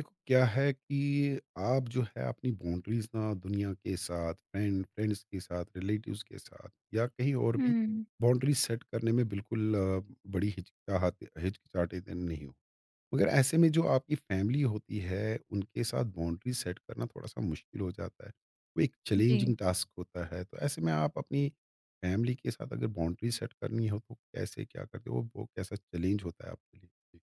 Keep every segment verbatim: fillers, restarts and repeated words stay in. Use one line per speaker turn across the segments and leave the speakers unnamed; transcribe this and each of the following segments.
देखो, क्या है कि आप जो है अपनी बाउंड्रीज ना दुनिया के साथ फ्रेंड फ्रेंड्स के साथ, रिलेटिव्स के साथ या कहीं और भी
हुँ,
बाउंड्री सेट करने में बिल्कुल अ, बड़ी हिचकिचाहट हिचकिचाते दिन नहीं हो। मगर ऐसे में जो आपकी फैमिली होती है उनके साथ बाउंड्री सेट करना थोड़ा सा मुश्किल हो जाता है। वो एक
जी।
चैलेंजिंग टास्क होता है। तो ऐसे में आप अपनी फैमिली के साथ अगर बाउंड्री सेट करनी हो तो कैसे क्या करते हो? वो वो कैसा चैलेंज होता है आपके लिए? जी।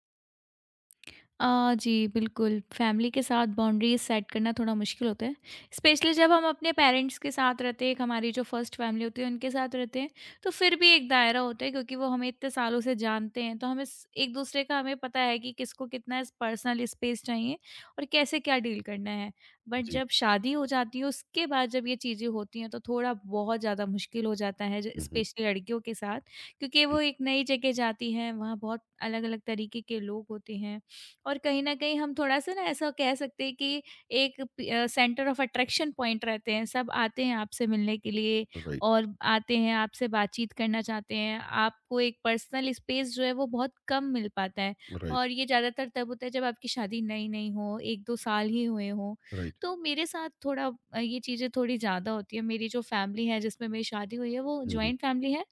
अ, जी, बिल्कुल, फैमिली के साथ बाउंड्रीज़ सेट करना थोड़ा मुश्किल होता है। स्पेशली जब हम अपने पेरेंट्स के साथ रहते हैं, एक हमारी जो फर्स्ट फैमिली होती है, उनके साथ रहते हैं, तो फिर भी एक दायरा होता है क्योंकि वो हमें इतने सालों से जानते हैं, तो हमें स एक-दूसरे का हमें पता है कि किसको कितना पर्सनल स्पेस चाहिए और कैसे क्या डील करना है। बट
जी।
जब शादी हो जाती है, उसके बाद जब ये चीज़ें होती हैं, तो थोड़ा बहुत ज़्यादा मुश्किल हो जाता है, ज
हम्म, हम्म।
स्पेशली लड़कियों के साथ क्योंकि
जी।
वो एक नई जगह जाती हैं, वहाँ बहुत अलग-अलग तरीके के लोग होते हैं। और कहीं न कहीं हम थोड़ा-सा ना ऐसा कह सकते हैं कि एक पी अ, सेंटर ऑफ अट्रैक्शन पॉइंट रहते हैं, सब आते हैं आपसे मिलने के लिए
राइट।
और आते हैं, आपसे बातचीत करना चाहते हैं। आपको एक पर्सनल स्पेस जो है वो बहुत कम मिल पाता है
राइट।
और ये ज़्यादातर तब होता है जब आपकी शादी नई-नई हो, एक-दो साल ही हुए हों।
राइट।
तो मेरे साथ थोड़ा अ, ये चीज़ें थोड़ी ज़्यादा होती हैं। मेरी जो फैमिली है जिसमें मेरी शादी हुई है, वो
हुँ, हुँ।
जॉइंट फैमिली है,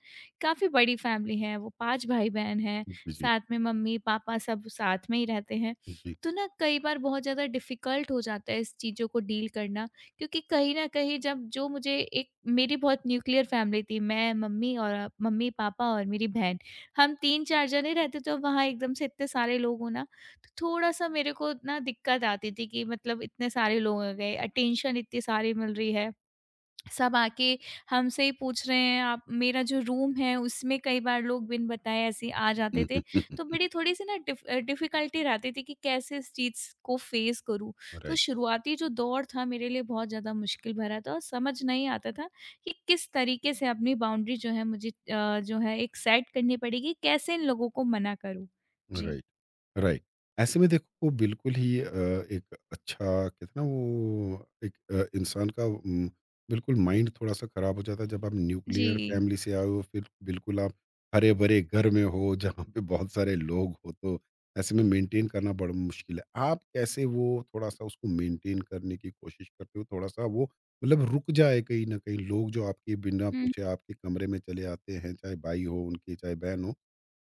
काफ़ी बड़ी फैमिली है, वो पाँच भाई-बहन हैं।
जी, जी।
साथ में मम्मी-पापा सब साथ में ही रहते हैं।
जी।
तो ना कई बार बहुत ज़्यादा डिफ़िकल्ट हो जाता है इस चीज़ों को डील करना क्योंकि कहीं न कहीं जब जो मुझे एक मेरी बहुत न्यूक्लियर फ़ैमिली थी। मैं, मम्मी और मम्मी-पापा और मेरी बहन, हम तीन-चार जने रहते तो वहाँ एकदम से इतने सारे लोग हो ना, तो थोड़ा-सा मेरे को ना दिक्कत आती थी कि मतलब इतने सारे लोग आ गए, अटेंशन इतनी सारी मिल रही है। सब आके हमसे ही पूछ रहे हैं आप मेरा जो रूम है उसमें कई बार लोग बिन बताए ऐसे आ
हुँ,
जाते
हुँ,
थे
हुँ,
तो
हुँ।
बड़ी थोड़ी-सी ना डिफ अ, डिफ़िकल्टी रहती थी कि कैसे इस चीज़ को फ़ेस करूँ। तो
राइट।
शुरुआती जो दौर था मेरे लिए बहुत ज़्यादा मुश्किल भरा था और समझ नहीं आता था कि किस तरीके से अपनी बाउंड्री जो है मुझे अ, जो है एक सेट करनी पड़ेगी, कैसे इन लोगों को मना करूँ? जी।
Right, right. ऐसे में देखो, वो बिल्कुल ही अ, एक अच्छा कहते हैं ना, वो एक अ, इंसान का उम, बिल्कुल माइंड थोड़ा-सा ख़राब हो जाता है जब आप
जी।
न्यूक्लियर फैमिली से आए हो, फिर बिल्कुल आप हरे-भरे घर में हो जहाँ पे बहुत सारे लोग हो। तो ऐसे में मेंटेन करना बड़ा मुश्किल है। आप कैसे वो थोड़ा-सा उसको मेंटेन करने की कोशिश करते हो? थोड़ा-सा वो मतलब रुक जाए कहीं न कहीं। लोग जो आपके बिना
हुँ।
पूछे आपके कमरे में चले आते हैं, चाहे भाई हो उनके, चाहे बहन हो।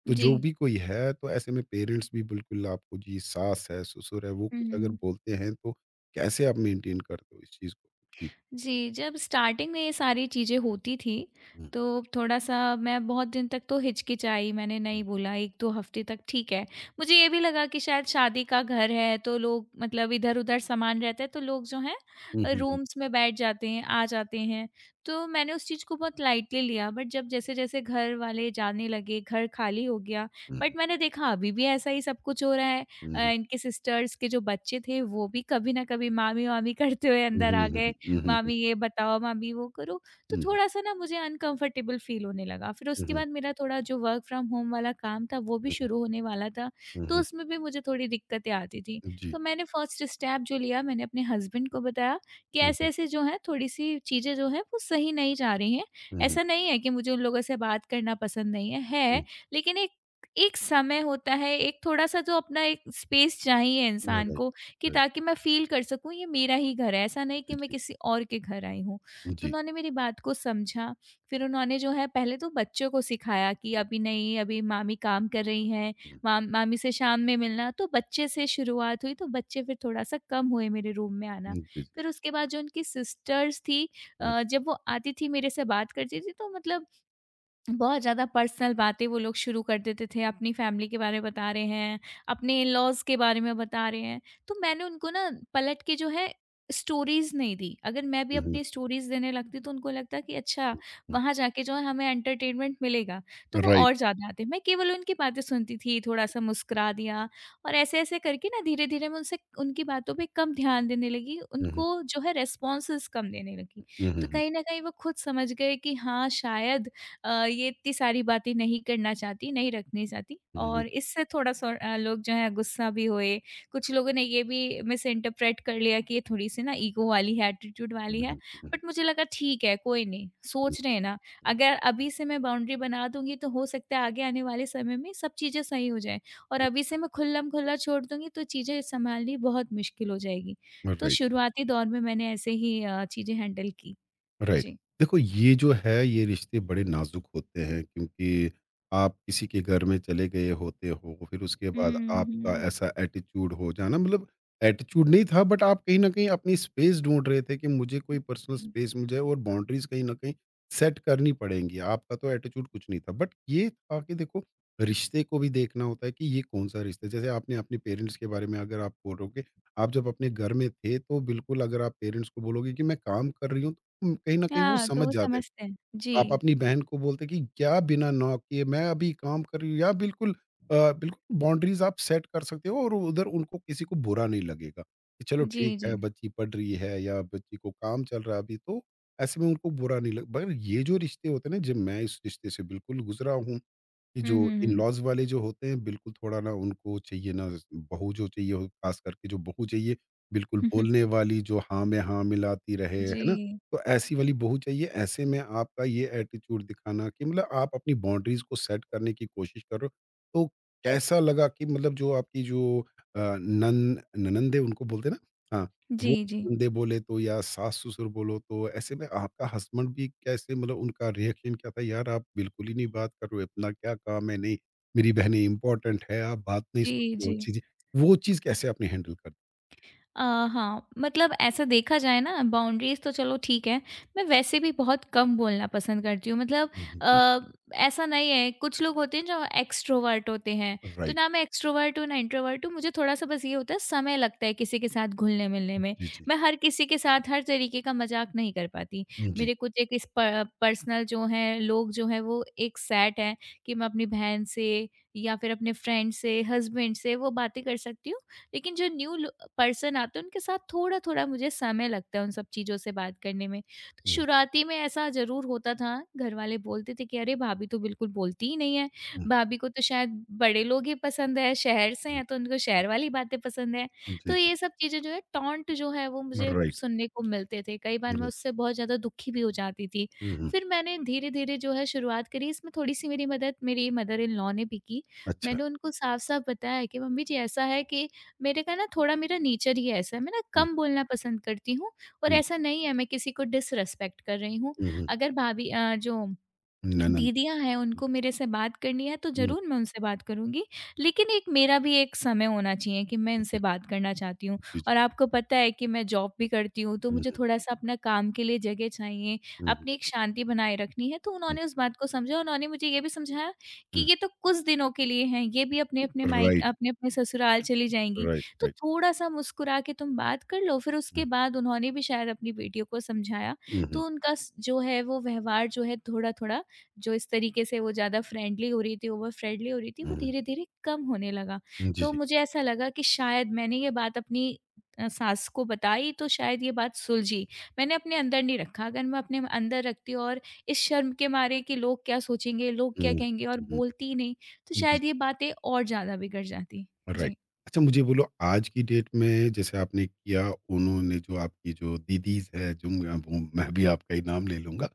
तो
जी।
जो भी कोई है, तो ऐसे में पेरेंट्स भी बिल्कुल आपको, जी, सास है, ससुर है, वो
हुँ,
कुछ अगर
हुँ।
बोलते हैं, तो कैसे आप मेंटेन करते हो इस चीज़ को? जी।
जी, जब स्टार्टिंग में ये सारी चीज़ें होती थी,
हुँ,
तो थोड़ा-सा मैं बहुत दिन तक तो हिचकिचाई, मैंने नहीं
हुँ।
बोला एक-दो हफ्ते तक ठीक है। मुझे ये भी लगा कि शायद शादी का घर है तो लोग मतलब इधर-उधर सामान रहता है तो लोग जो हैं
हुँ,
अ,
हुँ, हुँ।
रूम्स में बैठ जाते हैं, आ जाते हैं। तो मैंने उस चीज़ को बहुत लाइटली लिया बट जब जैसे-जैसे घर वाले जाने लगे, घर खाली हो गया
हुँ, हुँ,
बट मैंने देखा अभी भी ऐसा ही सब कुछ हो रहा है। अ,
हुँ,
इनके सिस्टर्स के जो बच्चे थे वो भी कभी न कभी मामी-वामी करते हुए
हुँ,
अंदर
हुँ,
आ
हुँ,
गए
हुँ, हुँ, हुँ,
मामी ये बताओ, मामी वो करो। तो
हुँ,
थोड़ा-सा ना मुझे अनकंफर्टेबल फ़ील होने लगा। फिर उसके
हुँ,
बाद मेरा थोड़ा जो वर्क फ्रॉम होम वाला काम था वो भी शुरू होने वाला था,
हुँ, हुँ,
तो
हुँ,
उसमें भी मुझे थोड़ी दिक्कतें आती थी।
जी।
तो मैंने फर्स्ट स्टेप जो लिया मैंने अपने हस्बैंड को बताया कि
हुँ, हुँ,
ऐसे-ऐसे जो है थोड़ी-सी चीज़ें जो हैं वो सही नहीं जा रही हैं।
हुँ, हुँ,
ऐसा नहीं है कि मुझे उन लोगों से बात करना पसंद नहीं है,
हुँ,
है, लेकिन एक एक समय होता है, एक थोड़ा-सा जो अपना एक स्पेस चाहिए
हाँ,
इंसान
राइट,
को कि
राइट।
ताकि मैं फ़ील कर सकूँ ये मेरा ही घर है, ऐसा नहीं
जी,
कि मैं
जी,
किसी और के घर आई हूँ। तो
जी।
उन्होंने मेरी बात को समझा, फिर उन्होंने जो है पहले तो बच्चों को सिखाया कि अभी नहीं, अभी मामी काम कर रही हैं,
हुँ।
माम मामी से शाम में मिलना, तो बच्चे से शुरुआत हुई, तो बच्चे फिर थोड़ा-सा कम हुए मेरे रूम में
हुँ,
आना।
जी, जी।
फिर उसके बाद जो उनकी सिस्टर्स थी
हुँ,
अ, जब वो आती थी मेरे से बात करती थी तो मतलब बहुत ज़्यादा पर्सनल बातें वो लोग शुरू कर देते थे, अपनी फैमिली के बारे में बता रहे हैं, अपने इन-लॉज़ के बारे में बता रहे हैं। तो मैंने उनको ना पलट के जो है स्टोरीज़ नहीं दी। अगर मैं भी
हुँ, हुँ,
अपनी स्टोरीज़ देने लगती तो उनको लगता कि अच्छा
हुँ, हुँ,
वहाँ जाके जो है हमें एंटरटेनमेंट मिलेगा, तो वो
राइट।
और ज़्यादा आते। मैं केवल उनकी बातें सुनती थी, थोड़ा-सा मुस्कुरा दिया और ऐसे-ऐसे करके ना धीरे-धीरे मैं उनसे उनकी बातों पे कम ध्यान देने लगी,
हुँ, हुँ,
उनको जो है रिस्पॉन्सेज़ कम देने लगी।
हुँ, हुँ,
तो
हुँ,
कहीं न कहीं वो खुद समझ गए कि हाँ शायद अ, ये इतनी सारी बातें नहीं करना चाहती, नहीं रखनी चाहती
हुँ, हुँ, हुँ,
और इससे थोड़ा-सा अ, लोग जो है गुस्सा भी हुए। कुछ लोगों ने ये भी मिसइंटरप्रेट कर लिया कि ये थोड़ी-सी ना ईगो वाली है, एटीट्यूड वाली
हुँ,
है।
हुँ,
बट मुझे लगा ठीक है, कोई नहीं,
हुँ,
सोच रहे हैं ना।
हुँ,
अगर अभी से मैं बाउंड्री बना दूँगी तो हो सकता है आगे आने वाले समय में सब चीज़ें सही हो जाएँ और अभी से मैं खुल्लम-खुल्ला छोड़ दूँगी तो चीज़ें सँभालनी बहुत मुश्किल हो जाएगी।
हुँ,
तो
राइट।
शुरुआती दौर में मैंने ऐसे ही अ, चीज़ें हैंडल की।
राइट।
जी।
देखो, ये जो है ये रिश्ते बड़े नाजुक होते हैं क्योंकि आप किसी के घर में चले गए होते हो। फिर उसके बाद
हुँ,
आपका
हुँ।
ऐसा एटीट्यूड हो जाना मतलब एटीट्यूड नहीं था, बट आप कहीं ना कहीं अपनी स्पेस ढूंढ रहे थे कि मुझे कोई पर्सनल स्पेस मिल जाए और बाउंड्रीज कहीं ना कहीं सेट करनी पड़ेंगी। आपका तो एटीट्यूड कुछ नहीं था, बट ये था कि देखो, रिश्ते को भी देखना होता है कि ये कौन सा रिश्ता है। जैसे आपने अपने पेरेंट्स के बारे में, अगर आप बोलोगे, आप जब अपने घर में थे, तो बिल्कुल अगर आप पेरेंट्स को बोलोगे कि मैं काम कर रही हूँ, उम, कहीं न कहीं वो
हाँ, तो
समझ
वो
जाते हैं।
समझते हैं।
आप
जी,
अपनी बहन को बोलते कि क्या बिना नॉक किए, मैं अभी काम कर रही हूँ, या बिल्कुल अ, बिल्कुल बाउंड्रीज़ आप सेट कर सकते हो और उधर उनको किसी को बुरा नहीं लगेगा, कि चलो
जी,
ठीक
जी।
है बच्ची पढ़ रही है या बच्ची को काम चल रहा है अभी, तो ऐसे में उनको बुरा नहीं लग। मगर ये जो रिश्ते होते हैं ना, जी, मैं इस रिश्ते से बिल्कुल गुज़रा हूँ। कि जो
हुँ, हुँ,
इन-लॉज़ वाले जो होते हैं, बिल्कुल थोड़ा ना उनको चाहिए ना, बहू जो चाहिए हो, ख़ास करके जो बहू चाहिए बिल्कुल
हुँ।
बोलने वाली, जो हाँ में हाँ मिलाती रहे, है ना?
जी,
तो ऐसी वाली बहू चाहिए। ऐसे में आपका ये एटीट्यूड दिखाना कि मतलब आप अपनी बाउंड्रीज़ को सेट करने की कोशिश करो। तो कैसा लगा कि मतलब जो आपकी जो अ, नन ननंद है, उनको बोलते हैं ना? हाँ, वो
जी, जी।
बंदे बोले तो, या सास-ससुर बोलो तो, ऐसे में आपका हस्बैंड भी कैसे, मतलब उनका रिएक्शन क्या था? यार, आप बिल्कुल ही नहीं बात कर रहे हो, अपना क्या काम है? नहीं, मेरी बहनें इम्पोर्टेंट है, आप बात नहीं
जी,
सुनते हो
जी।
चीज़ें, वो चीज़ कैसे आपने हैंडल कर?
अ, हाँ, मतलब ऐसा देखा जाए ना बाउंड्रीज़ तो चलो ठीक है, मैं वैसे भी बहुत कम बोलना पसंद करती हूँ मतलब
हुँ, हुँ, जी।
अ, ऐसा नहीं है कुछ लोग होते हैं जो एक्सट्रोवर्ट होते हैं, तो
राइट।
ना मैं एक्सट्रोवर्ट हूँ, ना इंट्रोवर्ट हूँ, मुझे थोड़ा-सा बस ये होता है समय लगता है किसी के साथ घुलने-मिलने में।
जी, जी।
मैं हर किसी के साथ हर तरीके का मज़ाक नहीं कर पाती,
हुँ, जी।
मेरे कुछ एक इस प पर्सनल जो हैं लोग जो हैं वो एक सेट है कि मैं अपनी बहन से या फिर अपने फ्रेंड से, हस्बैंड से वो बातें कर सकती हूँ। लेकिन जो न्यू पर्सन आते हैं उनके साथ थोड़ा-थोड़ा मुझे समय लगता है उन सब चीज़ों से बात करने में। तो
हुँ,
शुरुआती में ऐसा ज़रूर होता था, घर वाले बोलते थे कि अरे भाभी तो बिल्कुल बोलती ही नहीं है,
हुँ,
भाभी को तो शायद बड़े लोग ही पसंद है, शहर से
हुँ।
हैं तो उनको शहर वाली बातें पसंद है।
जी,
तो
जी।
ये सब चीज़ें जो है टॉन्ट जो है वो मुझे
राइट,
सुनने को मिलते थे, कई बार मैं
राइट।
उससे बहुत ज़्यादा दुखी भी हो जाती थी।
हुँ, हुँ।
फिर मैंने धीरे-धीरे जो है शुरुआत करी, इसमें थोड़ी-सी मेरी मदद मेरी मदर इन लॉ ने भी की।
अच्छा।
मैंने उनको साफ-साफ बताया कि मम्मी जी ऐसा है कि मेरे का ना थोड़ा मेरा नेचर ही ऐसा है, मैं ना
हुँ,
कम बोलना पसंद करती हूँ और
हुँ,
ऐसा नहीं है मैं किसी को डिसरिस्पेक्ट कर रही हूँ।
हुँ, हुँ।
अगर भाभी अ, जो
ननंद।
दीदियाँ हैं
हुँ,
उनको मेरे से बात करनी है तो
हुँ,
ज़रूर मैं उनसे बात करूँगी। लेकिन एक मेरा भी एक समय होना चाहिए कि मैं इनसे
जी,
बात करना चाहती हूँ।
जी, जी।
और आपको पता है कि मैं जॉब भी करती हूँ तो
हुँ,
मुझे
हुँ,
थोड़ा-सा अपना काम के लिए जगह चाहिए,
हुँ, हुँ,
अपनी एक शांति बनाए रखनी है। तो
हुँ,
उन्होंने उस बात को समझा, उन्होंने मुझे ये भी समझाया कि
हुँ।
ये तो कुछ दिनों के लिए हैं, ये भी अपने-अपने मायके
राइट,
अपने-अपने ससुराल चली जाएँगी।
राइट,
तो
राइट।
थोड़ा-सा मुस्कुरा के तुम बात कर लो। फिर
हुँ,
उसके बाद उन्होंने भी शायद अपनी बेटियों को समझाया।
हुँ, हुँ,
तो उनका स जो है वो व्यवहार जो है थोड़ा-थोड़ा जो इस तरीके से वो ज़्यादा फ्रेंडली हो रही थी, ओवर फ्रेंडली हो रही थी,
हुँ,
वो
हुँ।
धीरे-धीरे कम होने लगा।
जी,
तो
जी।
मुझे ऐसा लगा कि शायद मैंने ये बात अपनी अ, सास को बताई तो शायद ये बात सुलझी। मैंने अपने अंदर नहीं रखा, अगर मैं अपने अंदर रखती और इस शर्म के मारे कि लोग क्या सोचेंगे, लोग क्या
हुँ,
कहेंगे और
हुँ,
बोलती ही नहीं, तो
जी,
शायद ये बातें और ज़्यादा बिगड़ जाती।
राइट।
जी।
अच्छा, मुझे बोलो, आज की डेट में जैसे आपने किया, उन्होंने जो आपकी जो दीदीज़ है, जो म वो मैं भी आपका ही नाम ले लूँगा।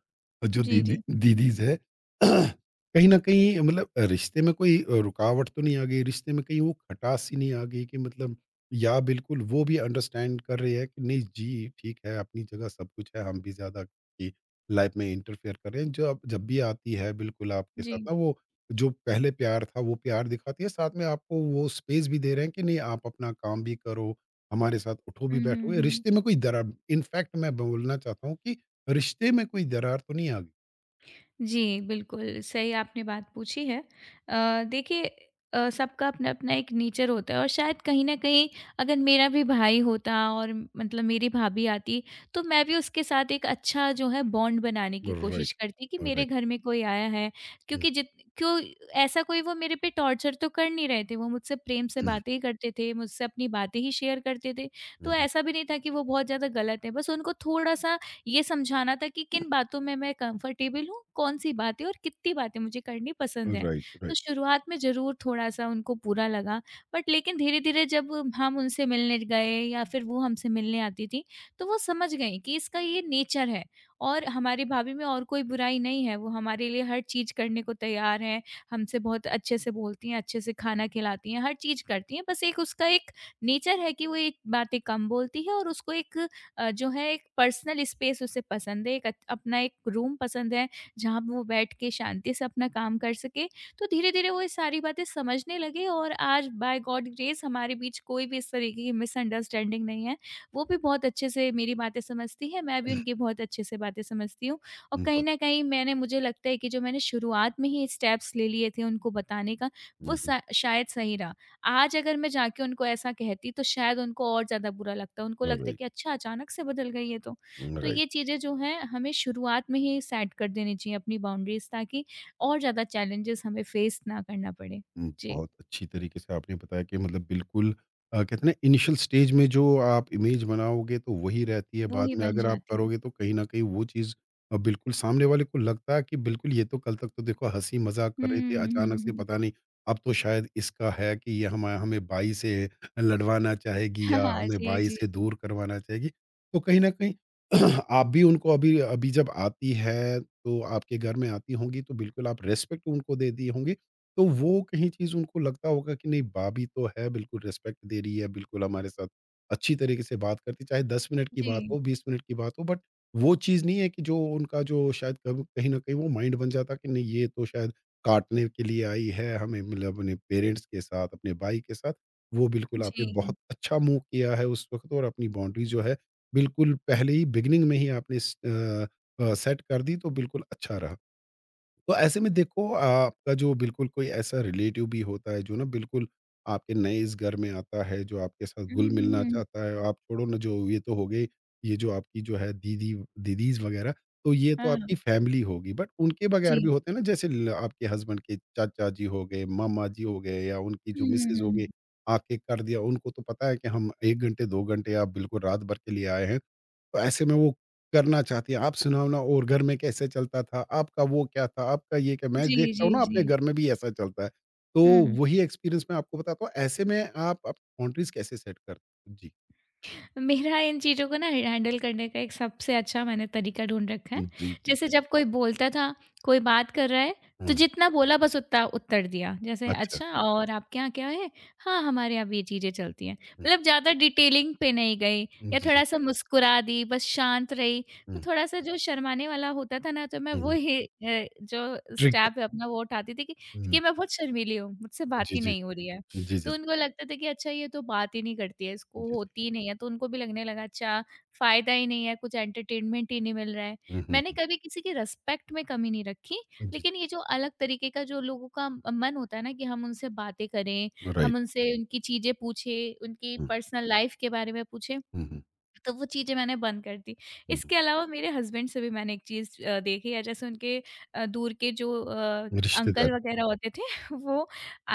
जो
जी,
दीदी
जी।
दीदीज़ है। कहीं न कहीं, मतलब रिश्ते में कोई अ, रुकावट तो नहीं आ गई? रिश्ते में कहीं वो खटास सी नहीं आ गई कि मतलब, या बिल्कुल वो भी अंडरस्टैंड कर रही है कि नहीं जी, ठीक है अपनी जगह सब कुछ है, हम भी ज़्यादा आपकी लाइफ़ में इंटरफेयर कर रहे हैं। जो अब जब भी आती है, बिल्कुल आपके
जी।
साथ ना, वो जो पहले प्यार था वो प्यार दिखाती है, साथ में आपको वो स्पेस भी दे रहे हैं कि नहीं, आप अपना काम भी करो, हमारे साथ उठो भी
हुँ, हुँ,
बैठो। ये
हुँ।
रिश्ते में कोई दरार, इनफैक्ट मैं बोलना चाहता हूँ कि रिश्ते में कोई दरार तो नहीं आ गई?
जी, बिल्कुल, सही आपने बात पूछी है। अ, देखिए अ, सबका अपना-अपना एक नेचर होता है और शायद कहीं न कहीं अगर मेरा भी भाई होता और मतलब मेरी भाभी आती, तो मैं भी उसके साथ एक अच्छा जो है बॉन्ड बनाने की
राइट, राइट,
कोशिश करती कि मेरे
राइट,
घर में कोई आया है। क्योंकि जित क्यों ऐसा कोई वो मेरे पे टॉर्चर तो कर नहीं रहे थे, वो मुझसे प्रेम से बातें ही करते थे, मुझसे अपनी बातें ही शेयर करते थे। तो ऐसा भी नहीं था कि वो बहुत ज़्यादा गलत है, बस उनको थोड़ा-सा ये समझाना था कि किन बातों में मैं कंफर्टेबल हूँ, कौन-सी बातें और कितनी बातें मुझे करनी पसंद हैं।
राइट,
तो शुरुआत में ज़रूर थोड़ा-सा उनको बुरा लगा, बट लेकिन धीरे-धीरे जब हम उनसे मिलने गए या फिर वो हमसे मिलने आती थीं, तो वो समझ गईं कि इसका ये नेचर है और हमारी भाभी में और कोई बुराई नहीं है, वो हमारे लिए हर चीज़ करने को तैयार हैं, हमसे बहुत अच्छे से बोलती हैं, अच्छे से खाना खिलाती हैं, हर चीज़ करती हैं। बस एक उसका एक नेचर है कि वो ये बातें कम बोलती है और उसको एक अ, जो है एक पर्सनल स्पेस उसे पसंद है, एक अच अपना एक रूम पसंद है, जहाँ पे वो बैठ के शांति से अपना काम कर सके। तो धीरे-धीरे वो ये सारी बातें समझने लगे और आज बाय गॉड ग्रेस हमारे बीच कोई भी इस तरीके की मिसअंडरस्टैंडिंग नहीं है। वो भी बहुत अच्छे से मेरी बातें समझती हैं, मैं भी उनकी बहुत अच्छे से बातें समझती हूँ और कहीं न कहीं मैंने मुझे लगता है कि जो मैंने शुरुआत में ही स्टेप्स ले लिए थे उनको बताने का, वो सा शायद सही रहा। आज अगर मैं जाके उनको ऐसा कहती तो शायद उनको और ज़्यादा बुरा लगता। उनको
राइट,
लगता
राइट,
कि अच्छा अचानक से बदल गई ये तो। तो
राइट।
ये चीज़ें जो हैं हमें शुरुआत में ही सेट कर देनी चाहिए अपनी बाउंड्रीज़ ताकि और ज़्यादा चैलेंजेस हमें फेस ना करना पड़े।
हुँ,
जी,
बहुत अच्छी तरीके से आपने बताया कि मतलब बिल्कुल अ, कहते हैं ना, इनिशियल स्टेज में जो आप इमेज बनाओगे तो वही रहती है।
वो
बाद
ही
में
बन
अगर आप
जाती हैं।
करोगे, तो कहीं न कहीं वो चीज़ अ, बिल्कुल सामने वाले को लगता है कि बिल्कुल ये तो कल तक तो देखो हँसी-मज़ाक
हुँ,
कर रहे थे,
हुँ,
अचानक
हुँ,
से
हुँ।
पता नहीं, अब तो शायद इसका है कि ये हमा हमें बाई से लड़वाना चाहेगी या
हाँ,
हमें
जी,
बाई
जी,
से
जी।
दूर करवाना चाहेगी। तो कहीं न कहीं आप भी उनको, अभी अभी जब आती है, तो आपके घर में आती होंगी तो बिल्कुल आप रिस्पेक्ट उनको दे दिए होंगे। तो वो कहीं चीज़ उनको लगता होगा कि नहीं, भाभी तो है बिल्कुल रिस्पेक्ट दे रही है, बिल्कुल हमारे साथ अच्छी तरीके से बात करती है, चाहे दस मिनट की बात
जी,
हो, बीस मिनट की बात हो, बट वो चीज़ नहीं है कि जो उनका जो शायद कब कहीं न कहीं वो माइंड बन जाता कि नहीं, ये तो शायद काटने के लिए आई है हमें, मतलब अपने पेरेंट्स के साथ, अपने भाई के साथ। वो बिल्कुल आपने
जी।
बहुत अच्छा मूव किया है उस वक़्त, और अपनी बाउंड्री जो है बिल्कुल पहले ही बिगिनिंग में ही आपने स अ अ, सेट कर दी, तो बिल्कुल अच्छा रहा। तो ऐसे में देखो, आपका जो बिल्कुल कोई ऐसा रिलेटिव भी होता है जो ना बिल्कुल आपके नए इस घर में आता है, जो आपके साथ
हुँ,
घुल
हुँ,
मिलना
हुँ।
चाहता है, आप छोड़ो ना जो ये तो हो गई, ये जो आपकी जो है दीदी दीदीज वगैरह, तो ये तो
हाँ,
आपकी फैमिली होगी, बट उनके बगैर भी
जी।
होते हैं ना, जैसे ल- आपके हस्बैंड के चाचा जी हो गए, मामा जी हो गए, या उनकी
हुँ,
जो
हुँ,
मिसेज
हुँ,
हो
हुँ।
गई, आके कर दिया उनको, तो पता है कि हम एक घंटे दो घंटे, आप बिल्कुल रात भर के लिए आए हैं, तो ऐसे में वो करना चाहती हैं, आप सुनाओ ना और घर में कैसे चलता था आपका, वो क्या था आपका, ये कि मैं
जी,
देखता
जी,
हूँ ना
जी।
अपने घर में भी ऐसा चलता है, तो
हुँ।
वही एक्सपीरियंस में आपको बताता हूँ। ऐसे में आप आप कंट्रीज कैसे सेट करते हैं, जी?
मेरा इन चीज़ों को ना हैंडल करने का एक सबसे अच्छा मैंने तरीका ढूँढ रखा है।
जी जी।
जैसे जब कोई बोलता था, कोई बात कर रहा है, तो
हम्म।
जितना बोला बस उतना उत्तर दिया। जैसे
अच्छा।
अच्छा और आपके यहाँ क्या है? हाँ, हमारे यहाँ भी ये चीज़ें चलती हैं। मतलब ज़्यादा डिटेलिंग पे नहीं गई
हम्म,
या
जी जी।
थोड़ा-सा मुस्कुरा दी, बस शांत रही। तो
हम्म,
थोड़ा-सा जो शर्माने वाला होता था ना, तो मैं वो
हम्म,
ही अ, जो
ट्रिक।
स्टेप है अपना वो उठाती थी कि,
हम्म,
कि मैं बहुत शर्मीली हूँ, मुझसे बात
जी
ही
जी,
नहीं हो रही है।
जी जी
तो
जी,
उनको लगता था कि अच्छा ये तो बात ही नहीं करती है,
जी
इसको
जी।
होती ही नहीं है, तो उनको भी लगने लगा अच्छा फ़ायदा ही नहीं है, कुछ एंटरटेनमेंट ही नहीं मिल रहा है।
हम्म,
मैंने
हम्म,
कभी किसी की रिस्पेक्ट में कमी नहीं रखी,
हम्म, जी जी।
लेकिन ये जो अलग तरीके का जो लोगों का अ, मन होता है ना कि हम उनसे बातें करें,
राइट।
हम उनसे उनकी चीज़ें पूछें, उनकी पर्सनल लाइफ़ के बारे में पूछें, तो वो चीज़ें मैंने बंद कर दी। इसके अलावा मेरे हस्बैंड से भी मैंने एक चीज़ अ, देखी है जैसे उनके अ, दूर के जो अ, अंकल वग़ैरह होते थे वो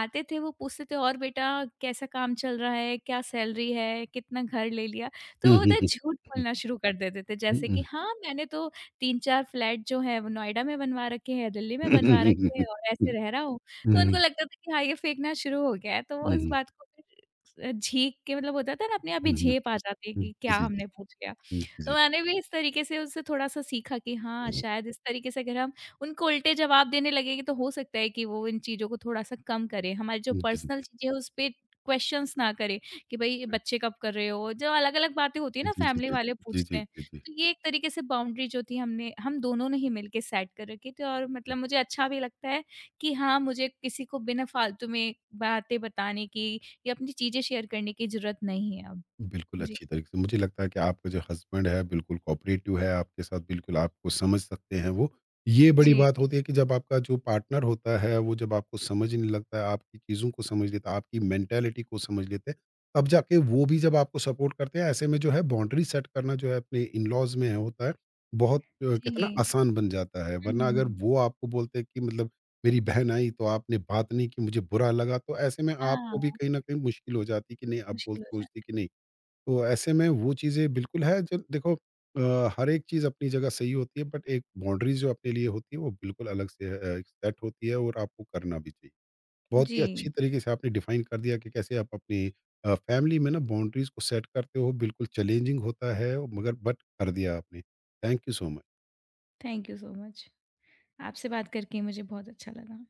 आते थे, वो पूछते थे और बेटा कैसा काम चल रहा है? क्या सैलरी है? कितना घर ले लिया? तो वो ना झूठ बोलना शुरू कर देते थे जैसे कि हाँ, मैंने तो तीन चार फ्लैट जो है वो नोएडा में बनवा रखे हैं, दिल्ली में बनवा रखे हैं और ऐसे रह रहा हूँ। तो उनको लगता था कि हाँ, ये फेंकना शुरू हो गया है तो वो इस बात को फिर अ, झीक के मतलब होता था ना अपने आप ही झेप आ जाती है कि क्या
रिश्त
हमने पूछ लिया।
हुँ,
तो
जी।
मैंने भी इस तरीके से उससे थोड़ा-सा सीखा कि हाँ, शायद इस तरीके से अगर हम उनको उल्टे जवाब देने लगेंगे तो हो सकता है कि वो इन चीज़ों को थोड़ा-सा कम करें। हमारी जो
जी, जी।
पर्सनल चीज़ें हैं उस पे क्वेश्चन्स ना करें कि भई बच्चे कब कर रहे हो? जो अलग-अलग बातें होती है ना
जी, जी,
फैमिली
जी,
वाले
जी, जी,
पूछते
जी,
हैं।
जी। जी।
तो ये एक तरीके से बाउंड्री जो थी हमने हम दोनों ने ही मिलके सेट कर रखी थी और मतलब मुझे अच्छा भी लगता है कि हाँ, मुझे किसी को बिना फालतू में बातें बताने की या अपनी चीज़ें शेयर करने की ज़रूरत नहीं है अब।
बिल्कुल
जी,
अच्छी तरीके से मुझे लगता है कि आपका जो हस्बैंड है बिल्कुल कोऑपरेटिव है आपके साथ, बिल्कुल आपको समझ सकते हैं वो। ये बड़ी
जी,
बात होती है कि जब आपका जो पार्टनर होता है, वो जब आपको समझने लगता है, आपकी चीज़ों को समझ लेता है, आपकी मेंटेलिटी को समझ लेते हैं, तब जाके वो भी जब आपको सपोर्ट करते हैं, ऐसे में जो है बाउंड्री सेट करना जो है अपने इन लॉज में है होता है बहुत अ, कहते हैं ना
जी।
आसान बन जाता है।
हुँ,
वरना
हुँ,
अगर
हुँ।
वो आपको बोलते हैं कि मतलब मेरी बहन आई तो आपने बात नहीं की, मुझे बुरा लगा, तो ऐसे में आपको भी
हाँ,
कहीं ना कहीं मुश्किल हो जाती है कि नहीं, अब बोल
मुश्किल हो
सोचती
जाता
कि नहीं। तो ऐसे में वो चीज़ें बिल्कुल है जो देखो, अ, हर एक चीज़ अपनी जगह सही होती है, बट एक बाउंड्रीज जो अपने लिए होती है वो बिल्कुल अलग से अ, एक सेट होती है और आपको करना भी चाहिए।
है।
बहुत ही
जी,
अच्छी तरीके से आपने डिफाइन कर दिया कि कैसे आप अपनी अ, फैमिली में ना बाउंड्रीज को सेट करते हो। बिल्कुल चैलेंजिंग होता है, मगर बट कर दिया आपने। Thank you so much.
Thank you so much. आपसे बात करके मुझे बहुत अच्छा लगा।